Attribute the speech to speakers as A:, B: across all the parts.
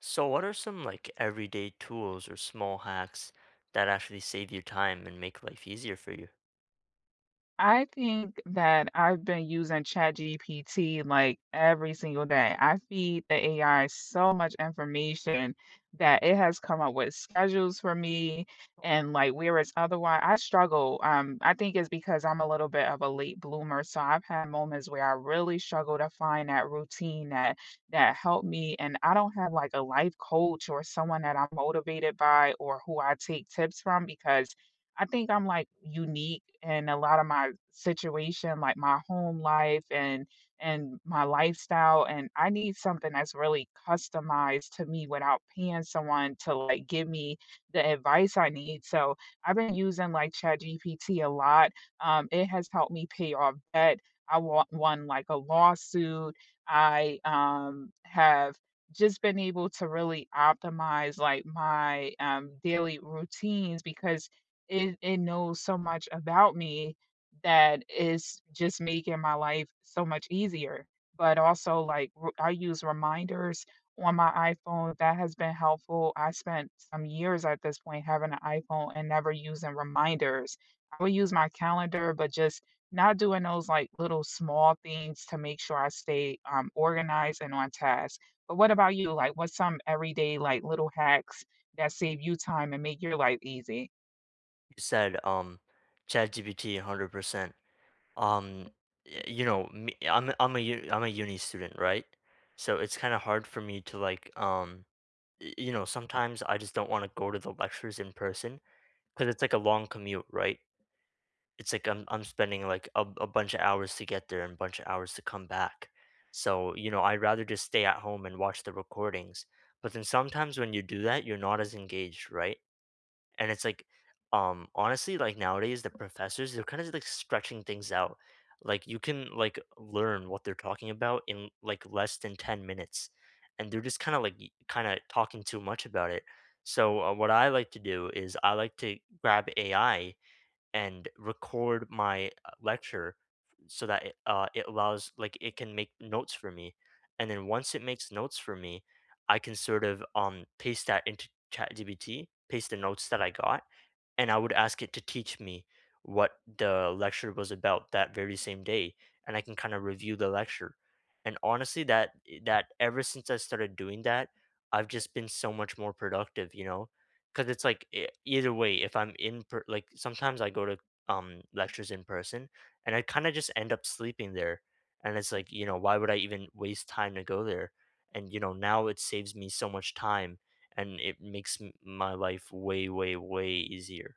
A: So, what are some like everyday tools or small hacks that actually save you time and make life easier for you?
B: I think that I've been using ChatGPT like every single day. I feed the AI so much information that it has come up with schedules for me and like whereas otherwise I struggle. I think it's because I'm a little bit of a late bloomer. So I've had moments where I really struggle to find that routine that helped me. And I don't have like a life coach or someone that I'm motivated by or who I take tips from because I think I'm, like, unique in a lot of my situation, like, my home life and my lifestyle, and I need something that's really customized to me without paying someone to, like, give me the advice I need, so I've been using, like, ChatGPT a lot, it has helped me pay off debt, I wa won, like, a lawsuit, I, have just been able to really optimize, like, my, daily routines because it knows so much about me that is just making my life so much easier. But also, like, I use reminders on my iPhone. That has been helpful. I spent some years at this point having an iPhone and never using reminders. I would use my calendar, but just not doing those like little small things to make sure I stay organized and on task. But what about you? Like, what's some everyday, like, little hacks that save you time and make your life easy?
A: You said ChatGPT 100%. Um you know, I'm a uni student, right? So it's kind of hard for me to you know, sometimes I just don't want to go to the lectures in person because it's like a long commute, right? It's like I'm spending like a bunch of hours to get there and a bunch of hours to come back. So, you know, I'd rather just stay at home and watch the recordings. But then sometimes when you do that, you're not as engaged, right? And it's honestly, like nowadays the professors, they're kind of like stretching things out. Like you can like learn what they're talking about in like less than 10 minutes. And they're just kind of talking too much about it. So what I like to do is I like to grab AI and record my lecture so that it allows like it can make notes for me, and then once it makes notes for me, I can sort of paste that into ChatGPT, paste the notes that I got, and I would ask it to teach me what the lecture was about that very same day, and I can kind of review the lecture. And honestly, that eh, that ever since I started doing that, I've just been so much more productive, you know, because it's like either way, if I'm like sometimes I go to lectures in person, and I kind of just end up sleeping there, and it's like, you know, why would I even waste time to go there? And you know now it saves me so much time and it makes my life way, way, way easier.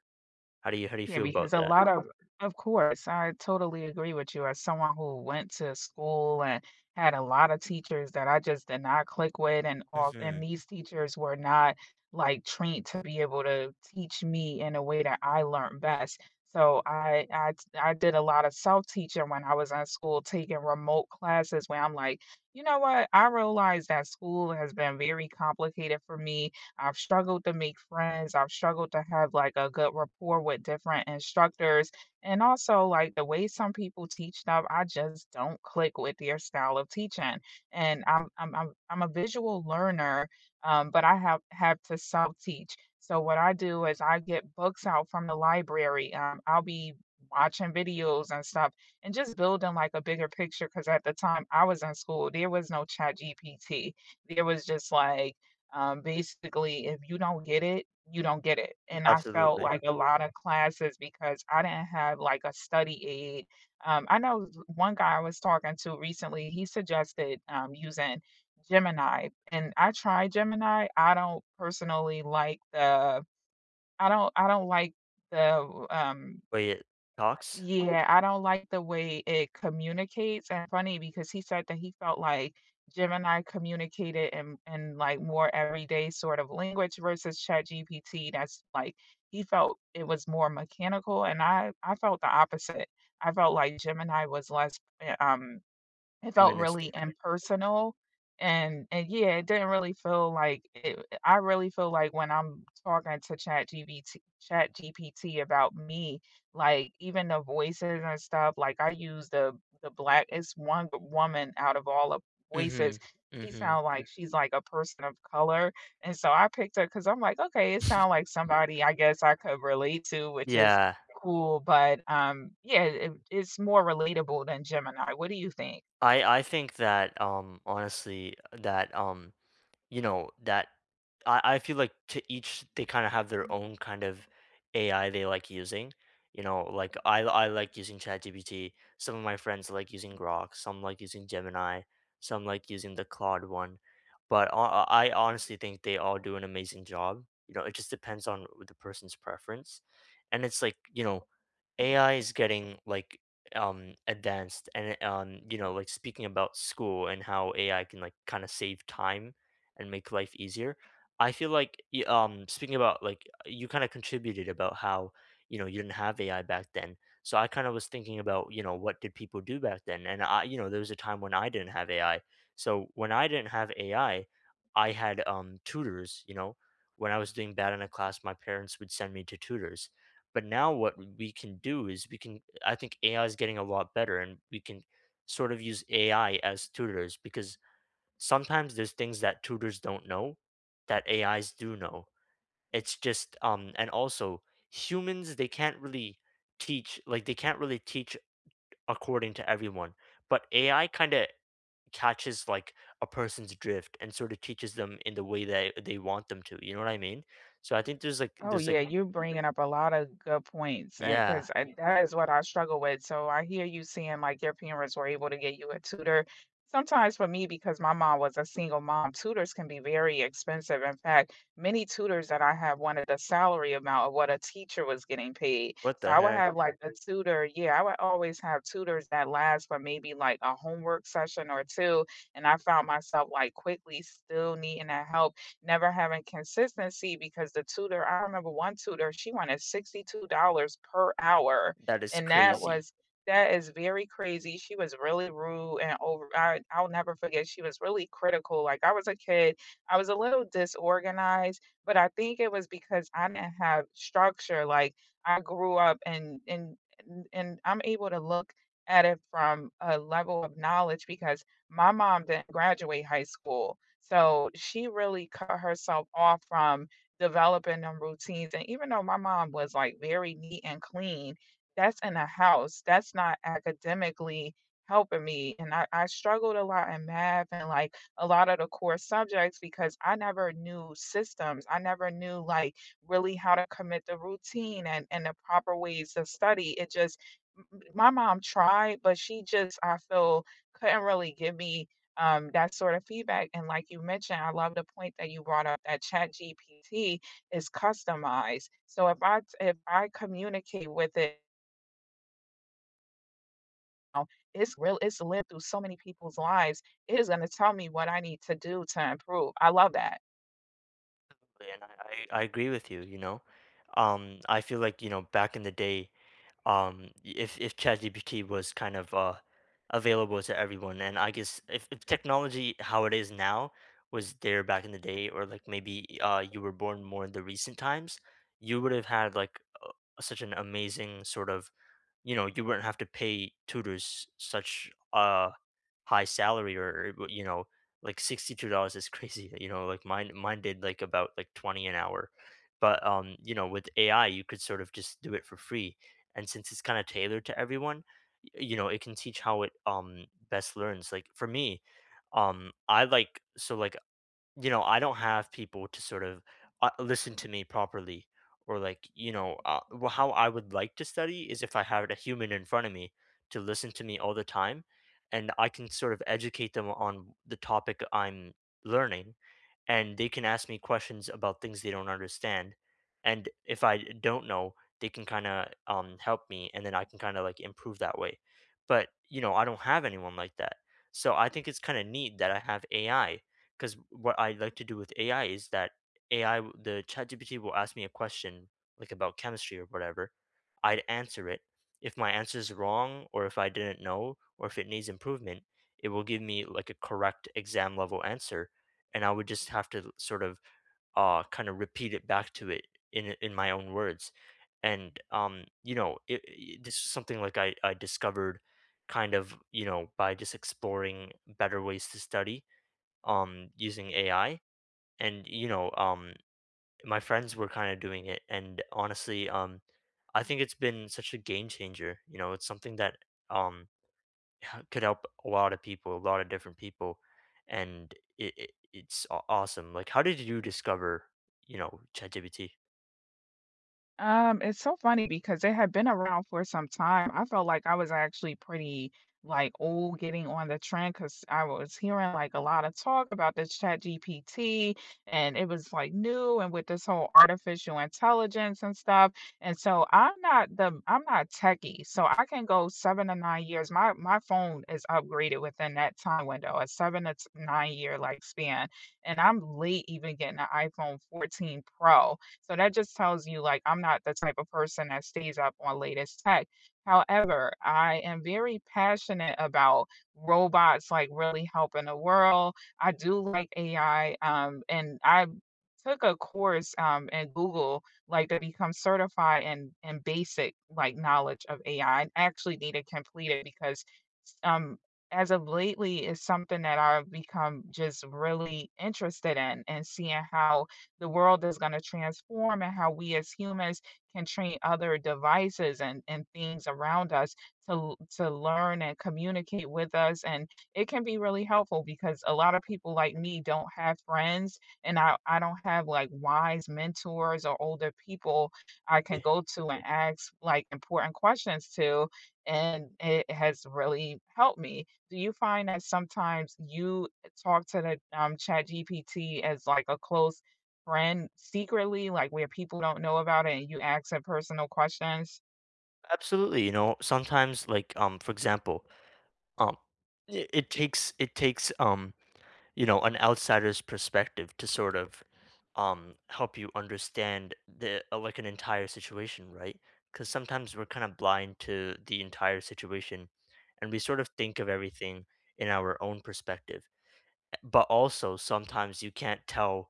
A: How do you how do you
B: Yeah,
A: feel about
B: because a
A: that?
B: lot of course, I totally agree with you. As someone who went to school and had a lot of teachers that I just did not click with, and all, and
A: Mhm.
B: these teachers were not like trained to be able to teach me in a way that I learned best. So I did a lot of self-teaching when I was in school, taking remote classes where I'm like, you know what? I realize that school has been very complicated for me. I've struggled to make friends. I've struggled to have like a good rapport with different instructors. And also, like the way some people teach stuff, I just don't click with their style of teaching. And I'm a visual learner, but I have to self teach. So what I do is I get books out from the library. I'll be watching videos and stuff and just building like a bigger picture because at the time I was in school, there was no chat GPT. There was just like basically, if you don't get it, you don't get it. And I felt
A: Absolutely.
B: like a lot of classes because I didn't have like a study aid. I know one guy I was talking to recently, he suggested using Gemini, and I tried Gemini. I don't like the
A: Wait, it talks?
B: yeah, I don't like the way it communicates, and funny because he said that he felt like Gemini communicated like, more everyday sort of language versus ChatGPT that's, like he felt it was more mechanical, and I felt the opposite. I felt like Gemini was less, it felt really
A: Humanistic.
B: impersonal, and yeah, it didn't really feel like it. I really feel like when I'm talking to Chat GPT, Chat GPT about me, like, even the voices and stuff, like, I use the Black woman out of all the voices,
A: Mhm.
B: she
A: Mhm.
B: sounds like she's like a person of color, and so I picked her because 'cause I'm like, "Okay, it sounds like somebody I guess I could relate to," which is
A: Yeah.
B: cool, but, yeah, it's more relatable than Gemini. What do you think?
A: I think that, honestly, that I feel like, to each, they kind of have their own kind of AI they like using. You know, like I like using ChatGPT. Some of my friends like using Grok. Some like using Gemini. Some like using the Claude one. I honestly think they all do an amazing job. You know, it just depends on the person's preference, and it's like, you know, AI is getting like advanced, and you know, like speaking about school and how AI can like kind of save time and make life easier. I feel like speaking about like you kind of contributed about how, you know, you didn't have AI back then. So I kind of was thinking about, you know, what did people do back then, and I, you know, there was a time when I didn't have AI. So when I didn't have AI, I had tutors. You know, when I was doing bad in a class, my parents would send me to tutors. But now what we can do is we can I think AI is getting a lot better, and we can sort of use AI as tutors because sometimes there's things that tutors don't know that AIs do know. It's just and also humans, they can't really teach, like they can't really teach according to everyone. But AI kind of catches like a person's drift and sort of teaches them in the way that they want them to. You know what I mean? So I think there's like
B: Oh
A: there's like,
B: yeah, you're bringing up a lot of good points,
A: yeah,
B: because that is what I struggle with. So I hear you saying like your parents were able to get you a tutor. Sometimes for me, because my mom was a single mom, tutors can be very expensive. In fact, many tutors that I have wanted the salary amount of what a teacher was getting paid.
A: what
B: So
A: the
B: I would
A: heck?
B: have like a tutor. Yeah, I would always have tutors that last for maybe like a homework session or two. And I found myself like quickly still needing that help, never having consistency because the tutor I remember one tutor, she wanted $62 per hour,
A: That is
B: and
A: crazy.
B: that is very crazy. She was really rude and over I'll never forget, she was really critical. Like, I was a kid, I was a little disorganized, but I think it was because I didn't have structure. Like, I grew up and I'm able to look at it from a level of knowledge because my mom didn't graduate high school. So she really cut herself off from developing them routines. And even though my mom was like very neat and clean, that's in a house. That's not academically helping me. And I struggled a lot in math and like a lot of the core subjects because I never knew systems. I never knew like really how to commit the routine and the proper ways to study. It just m- my mom tried, but she just I feel couldn't really give me that sort of feedback. And like you mentioned, I love the point that you brought up that ChatGPT is customized. So if I communicate with it, it's real. It's lived through so many people's lives. It is going to tell me what I need to do to improve. I love that.
A: And I agree with you, you know. I feel like, you know, back in the day, if ChatGPT was kind of available to everyone, and I guess if technology how it is now was there back in the day, or like maybe you were born more in the recent times, you would have had like such an amazing sort of, you know, you wouldn't have to pay tutors such high salary, or you know, like $62 is crazy, you know, like mine did like about like 20 an hour. But you know, with ai you could sort of just do it for free, and since it's kind of tailored to everyone, you know, it can teach how it best learns. Like for me, I like so like you know, I don't have people to sort of listen to me properly, or, like, you know, how I would like to study is if I had a human in front of me to listen to me all the time, and I can sort of educate them on the topic I'm learning, and they can ask me questions about things they don't understand, and if I don't know, they can kind of help me, and then I can kind of like improve that way. But you know, I don't have anyone like that, so I think it's kind of neat that I have AI, because what I like to do with AI is that AI, the ChatGPT will ask me a question like about chemistry or whatever. I'd answer it. If my answer is wrong, or if I didn't know, or if it needs improvement, it will give me like a correct exam level answer, and I would just have to sort of kind of repeat it back to it in my own words. And you know, this is something like I discovered kind of, you know, by just exploring better ways to study using AI. And you know, my friends were kind of doing it, and honestly, I think it's been such a game changer, you know, it's something that um could help a lot of people, a lot of different people. And awesome, like how did you discover, you know, ChatGPT?
B: It's so funny because they had been around for some time. I felt like I was actually pretty like old getting on the trend because I was hearing like a lot of talk about this chat GPT and it was like new and with this whole artificial intelligence and stuff. And so I'm not the I'm not techie. So I can go seven to nine years. My phone is upgraded within that time window, a nine-year like span. And I'm late even getting an iPhone 14 Pro. So that just tells you, like, I'm not the type of person that stays up on latest tech. However, I am very passionate about robots, like, really helping the world. I do like AI, and I took a course in Google, like, to become certified in basic, like, knowledge of AI. I actually need to complete it because um, as of lately, is something that I've become just really interested in and seeing how the world is going to transform and how we as humans can train other devices and things around us to to learn and communicate with us and it can be really helpful because a lot of people like me don't have friends and I don't have like wise mentors or older people I can
A: Absolutely.
B: go to and ask like important questions to, and it has really helped me. Do you find that sometimes you talk to the chat GPT as like a close friend secretly, like where people don't know about it and you ask her personal questions.
A: Absolutely, you know, sometimes like for example, um it takes you know, an outsider's perspective to sort of help you understand the like an entire situation, right? Because sometimes we're kind of blind to the entire situation, and we sort of think of everything in our own perspective. But also sometimes you can't tell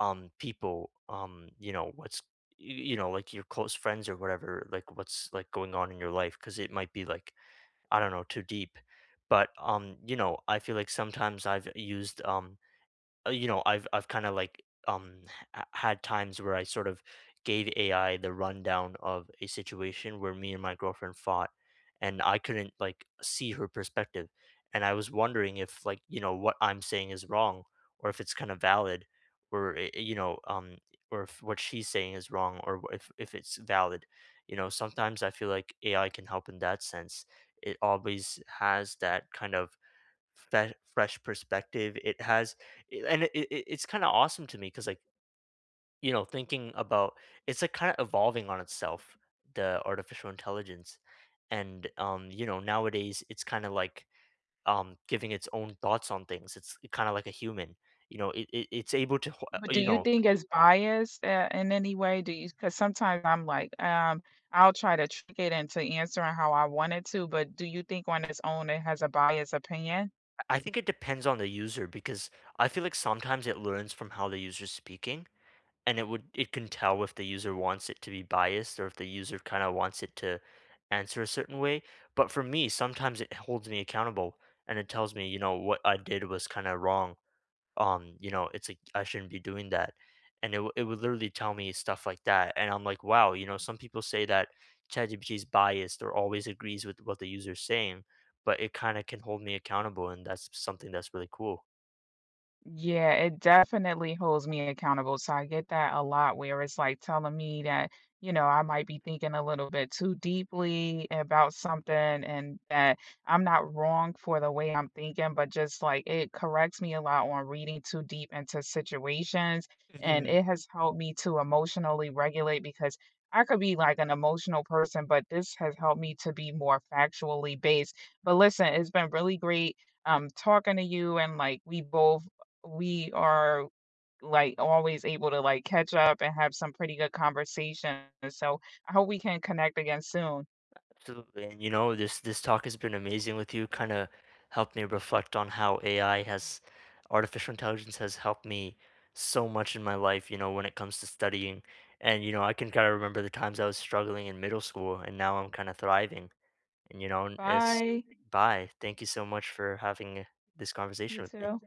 A: people you know what's you know like your close friends or whatever, like what's like going on in your life, because it might be like, I don't know, too deep. But you know, I feel like sometimes I've used you know, I've kind of like um had times where I sort of gave AI the rundown of a situation where me and my girlfriend fought, and I couldn't like see her perspective, and I was wondering if, like, you know, what I'm saying is wrong or if it's kind of valid, or you know or if what she's saying is wrong, or if it's valid, you know. Sometimes I feel like AI can help in that sense. It always has that kind of fresh perspective. And it's kind of awesome to me because, like, you know, thinking about it's like kind of evolving on itself, the artificial intelligence, and you know, nowadays it's kind of like giving its own thoughts on things. It's kind of like a human. You know, it it's able to,
B: But do
A: you
B: you
A: know,
B: think it's biased in any way? Do you? Because sometimes I'm like, I'll try to trick it into answering how I want it to, but do you think on its own it has a biased opinion?
A: I think it depends on the user because I feel like sometimes it learns from how the user's speaking, and it can tell if the user wants it to be biased or if the user kind of wants it to answer a certain way. But for me, sometimes it holds me accountable, and it tells me, you know, what I did was kind of wrong. You know, it's like I shouldn't be doing that, and it would literally tell me stuff like that, and I'm like, wow, you know, some people say that chatgpt is biased or always agrees with what the user's saying, but it kind of can hold me accountable, and that's something that's really cool.
B: Yeah, it definitely holds me accountable. So I get that a lot where it's like telling me that, you know, I might be thinking a little bit too deeply about something and that I'm not wrong for the way I'm thinking, but just like it corrects me a lot on reading too deep into situations. And
A: Mhm.
B: it has helped me to emotionally regulate because I could be like an emotional person, but this has helped me to be more factually based. But listen, it's been really great talking to you and like we are, like, always able to, like, catch up and have some pretty good conversations. So I hope we can connect again soon.
A: Absolutely. And you know, this talk has been amazing with you, kind of helped me reflect on how AI has artificial intelligence has helped me so much in my life, you know, when it comes to studying. And you know, I can kind of remember the times I was struggling in middle school and now I'm kind of thriving. And you know, and it's
B: Bye.
A: bye. Thank you so much for having this
B: You
A: conversation with me.
B: too.